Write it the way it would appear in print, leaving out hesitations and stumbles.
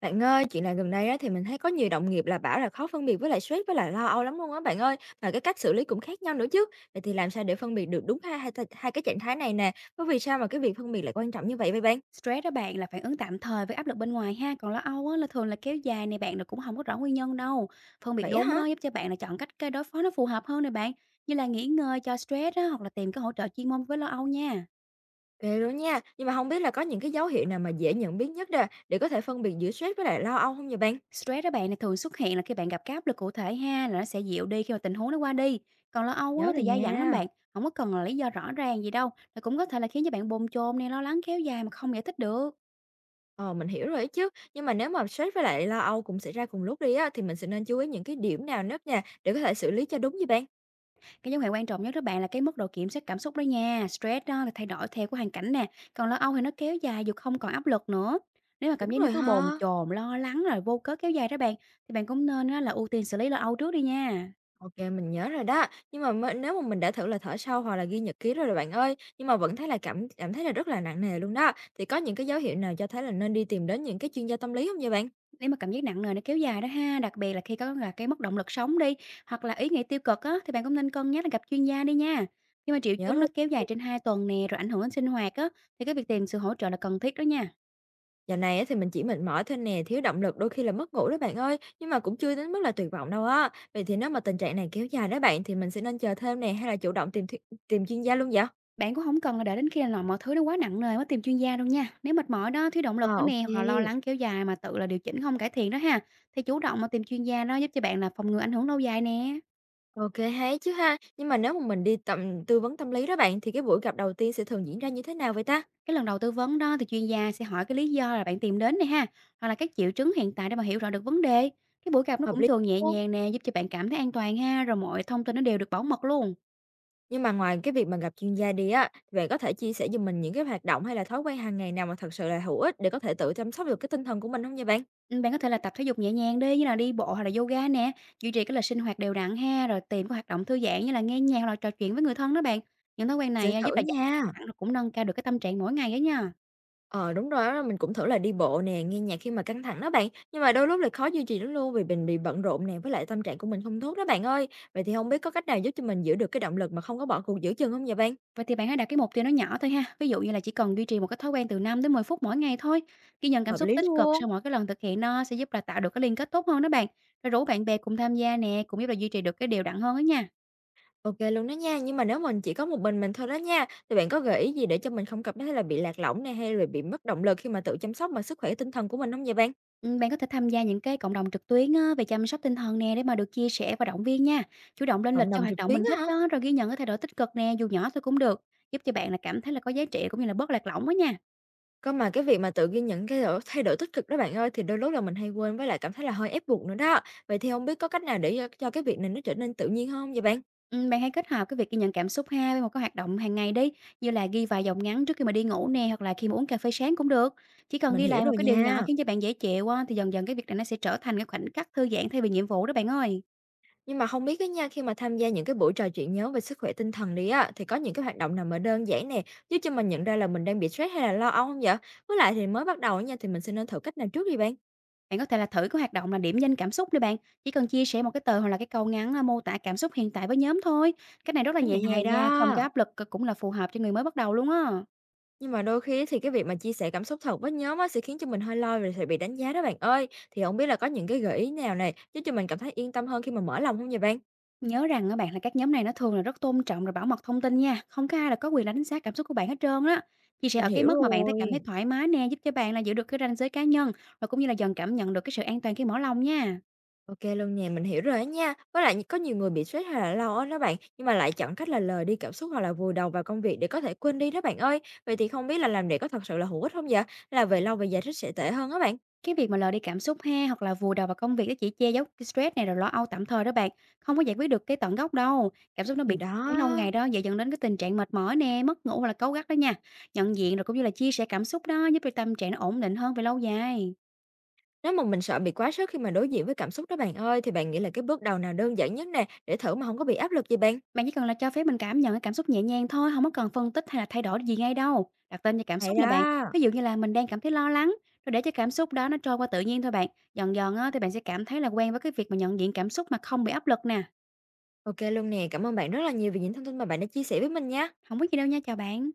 Bạn ơi, chuyện là gần đây á, thì mình thấy có nhiều đồng nghiệp là bảo là khó phân biệt với lại stress với lại lo âu lắm luôn á bạn ơi. Mà cái cách xử lý cũng khác nhau nữa chứ. Vậy thì làm sao để phân biệt được đúng hai cái trạng thái này nè? Và vì sao mà cái việc phân biệt lại quan trọng như vậy vậy bạn? Stress đó bạn là phản ứng tạm thời với áp lực bên ngoài ha, còn lo âu á là thường là kéo dài này bạn, là cũng không có rõ nguyên nhân đâu. Phân biệt Vậy á đúng hả? đó giúp cho bạn là chọn cách cái đối phó nó phù hợp hơn này bạn, như là nghỉ ngơi cho stress á, hoặc là tìm cái hỗ trợ chuyên môn với lo âu nha. Ghê luôn nha. Nhưng mà không biết là có những cái dấu hiệu nào mà dễ nhận biết nhất đó để có thể phân biệt giữa stress với lại lo âu không vậy bạn? Stress đó bạn là thường xuất hiện là khi bạn gặp cái áp lực cụ thể ha, là nó sẽ dịu đi khi mà tình huống nó qua đi. Còn lo âu á Nhớ rồi thì dai dẳng lắm nha. bạn, không có cần là lý do rõ ràng gì đâu, là cũng có thể là khiến cho bạn bồn chồn này lo lắng kéo dài mà không giải thích được. Ờ, mình hiểu rồi ấy chứ. Nhưng mà nếu mà stress với lại lo âu cũng xảy ra cùng lúc đi á, thì mình sẽ nên chú ý những cái điểm nào nhất nha để có thể xử lý cho đúng vậy bạn? Cái dấu hiệu quan trọng nhất đó bạn là cái mức độ kiểm soát cảm xúc đó nha. Stress đó là thay đổi theo cái hoàn cảnh nè. Còn lo âu thì nó kéo dài dù không còn áp lực nữa. Nếu mà cảm Đúng giác nó rồi cứ bồn ha. chồn, lo lắng rồi vô cớ kéo dài đó bạn, thì bạn cũng nên á là ưu tiên xử lý lo âu trước đi nha. OK, mình nhớ rồi đó. Nhưng mà mới nếu mà mình đã thử là thở sâu hoặc là ghi nhật ký rồi rồi bạn ơi, nhưng mà vẫn thấy là cảm cảm thấy là rất là nặng nề luôn đó. Thì có những cái dấu hiệu nào cho thấy là nên đi tìm đến những cái chuyên gia tâm lý không vậy bạn? Nếu mà cảm giác nặng nề nó kéo dài đó ha, đặc biệt là khi có là cái mất động lực sống đi, hoặc là ý nghĩ tiêu cực á, thì bạn cũng nên cân nhắc là gặp chuyên gia đi nha. Khi mà triệu Nhớ chứng ru. nó kéo dài trên 2 tuần nè, rồi ảnh hưởng đến sinh hoạt á, thì cái việc tìm sự hỗ trợ là cần thiết đó nha. Giờ này á thì mình chỉ mệt mỏi thôi nè, thiếu động lực, đôi khi là mất ngủ đó bạn ơi, nhưng mà cũng chưa đến mức là tuyệt vọng đâu á. Vậy thì nếu mà tình trạng này kéo dài đó bạn, thì mình sẽ nên chờ thêm nè, hay là chủ động tìm chuyên gia luôn vậy? Bạn cũng không cần là để đến khi là mọi thứ nó quá nặng nề mới tìm chuyên gia đâu nha. Nếu mệt mỏi đó, thiếu động Ờ, lực nữa OK nè, hoặc là kê, lo lắng kéo dài mà tự là điều chỉnh không cải thiện đó ha, thì chủ động mà tìm chuyên gia đó giúp cho bạn là phòng ngừa ảnh hưởng lâu dài nè. ô chứ ha. Nhưng mà nếu mà mình đi tầm tư vấn tâm lý đó bạn, thì cái buổi gặp đầu tiên sẽ thường diễn ra như thế nào vậy ta? Cái lần đầu tư vấn đó thì chuyên gia sẽ hỏi cái lý do là bạn tìm đến này ha, hoặc là các triệu chứng hiện tại, để mà hiểu rõ được vấn đề. Cái buổi gặp nó Hợp cũng lý thường nhẹ không. nhàng nè, giúp cho bạn cảm thấy an toàn ha, rồi mọi thông tin nó đều được bảo mật luôn. Nhưng mà ngoài cái việc mà gặp chuyên gia đi á, bạn có thể chia sẻ giùm mình những cái hoạt động hay là thói quen hàng ngày nào mà thật sự là hữu ích để có thể tự chăm sóc được cái tinh thần của mình không nha bạn? Bạn có thể là tập thể dục nhẹ nhàng đi, như là đi bộ hoặc là yoga nè, duy trì cái lịch sinh hoạt đều đặn ha, rồi tìm các hoạt động thư giãn như là nghe nhạc hoặc là trò chuyện với người thân đó bạn. Những thói quen Sẽ này á, giúp thử là giảm nha. căng thẳng rồi cũng nâng cao được cái tâm trạng mỗi ngày á nha. Ờ, đúng rồi á, mình cũng thử là đi bộ nè, nghe nhạc khi mà căng thẳng đó bạn, nhưng mà đôi lúc lại khó duy trì lắm luôn vì mình bị bận rộn nè, với lại tâm trạng của mình không tốt đó bạn ơi. Vậy thì không biết có cách nào giúp cho mình giữ được cái động lực mà không có bỏ cuộc giữa chừng không vậy bạn? Vậy thì bạn hãy đặt cái mục tiêu nó nhỏ thôi ha, ví dụ như là chỉ cần duy trì một cái thói quen từ 5 đến 10 phút mỗi ngày thôi. Ghi nhận cảm Hợp xúc lý tích cực luôn. sau mỗi cái lần thực hiện, nó sẽ giúp là tạo được cái liên kết tốt hơn đó bạn. Rồi rủ bạn bè cùng tham gia nè, cũng giúp là duy trì được cái đều đặn hơn đó nha. OK luôn đó nha, nhưng mà nếu mình chỉ có một mình thôi đó nha, thì bạn có gợi ý gì để cho mình không cảm thấy là bị lạc lõng này hay là bị mất động lực khi mà tự chăm sóc mà sức khỏe tinh thần của mình không vậy bạn? Bạn có thể tham gia những cái cộng đồng trực tuyến á, về chăm sóc tinh thần nè, để mà được chia sẻ và động viên nha. Chủ động lên lịch Cộng cho đồng hoạt trực động tuyến mình thích á hả? đó, rồi ghi nhận cái thay đổi tích cực nè, dù nhỏ thôi cũng được, giúp cho bạn là cảm thấy là có giá trị, cũng như là bớt lạc lõng đó nha. Cơ mà cái việc mà tự ghi nhận cái thay đổi tích cực đó bạn ơi, thì đôi lúc là mình hay quên với lại cảm thấy là hơi ép buộc nữa đó. Vậy thì không biết có cách nào để cho cái việc này nó trở nên tự nhiên hơn hông vậy bạn? Bạn hãy kết hợp cái việc ghi nhận cảm xúc ha, với một cái hoạt động hàng ngày đi, như là ghi vài dòng ngắn trước khi mà đi ngủ nè, hoặc là khi mà uống cà phê sáng cũng được. Chỉ cần Mình ghi hiểu lại một rồi cái điều nhỏ nha. khiến cho bạn dễ chịu á, thì dần dần cái việc này nó sẽ trở thành cái khoảnh khắc thư giãn thay vì nhiệm vụ đó bạn ơi. Nhưng mà không biết cái nha, khi mà tham gia những cái buổi trò chuyện nhóm về sức khỏe tinh thần đi á, thì có những cái hoạt động nào mà đơn giản nè, giúp cho mình nhận ra là mình đang bị stress hay là lo âu không vậy? Với lại thì mới bắt đầu nha, thì mình sẽ nên thử cách nào trước đi bạn? Bạn có thể là thử cái hoạt động là điểm danh cảm xúc đi bạn, chỉ cần chia sẻ một cái tờ hoặc là cái câu ngắn, a, mô tả cảm xúc hiện tại với nhóm thôi. Cái này rất là Cách này nhẹ hay nhàng nha, không có đó! áp lực, cũng là phù hợp cho người mới bắt đầu luôn á. Nhưng mà đôi khi thì cái việc mà chia sẻ cảm xúc thật với nhóm á, sẽ khiến cho mình hơi lo rồi sẽ bị đánh giá đó bạn ơi. Thì không biết là có những cái gợi ý nào này giúp cho mình cảm thấy yên tâm hơn khi mà mở lòng không vậy bạn? Nhớ rằng các bạn là các nhóm này nó thường là rất tôn trọng, rồi bảo mật thông tin nha, không có ai là có quyền đánh giá cảm xúc của bạn hết trơn á. Chia sẻ Mình ở cái hiểu mức mà bạn thấy cảm thấy rồi. thoải mái nè, giúp cho bạn là giữ được cái ranh giới cá nhân, và cũng như là dần cảm nhận được cái sự an toàn khi mở lòng nha. OK luôn nè, mình hiểu rồi á nha. Với lại có nhiều người bị stress hay là lo á đó bạn, nhưng mà lại chọn cách là lờ đi cảm xúc hoặc là vùi đầu vào công việc để có thể quên đi đó bạn ơi. Vậy thì không biết là làm vậy có thật sự là hữu ích không vậy? Là về lâu về dài rất sẽ tệ hơn á bạn? Cái việc mà lờ đi cảm xúc ha, hoặc là vùi đầu vào công việc, nó chỉ che giấu cái stress này, rồi lo âu tạm thời đó bạn, không có giải quyết được cái tận gốc đâu. Cảm xúc nó Thì bị đó, ấy lâu ngày đó, dễ dẫn đến cái tình trạng mệt mỏi nè, mất ngủ hoặc là cáu gắt đó nha. Nhận diện rồi cũng như là chia sẻ cảm xúc đó, giúp cho tâm trạng nó ổn định hơn về lâu dài. nếu mà mình sợ bị quá sức khi mà đối diện với cảm xúc đó bạn ơi, thì bạn nghĩ là cái bước đầu nào đơn giản nhất nè, để thử mà không có bị áp lực gì bạn? Bạn chỉ cần là cho phép mình cảm nhận cái cảm xúc nhẹ nhàng thôi, không có cần phân tích hay là thay đổi gì ngay đâu. Đặt tên cho cảm Hay xúc này bạn, đó! ví dụ như là mình đang cảm thấy lo lắng, rồi để cho cảm xúc đó nó trôi qua tự nhiên thôi bạn. Dần dần á, thì bạn sẽ cảm thấy là quen với cái việc mà nhận diện cảm xúc mà không bị áp lực nè. OK luôn nè, cảm ơn bạn rất là nhiều vì những thông tin mà bạn đã chia sẻ với mình nha. Không có gì đâu nha, chào bạn.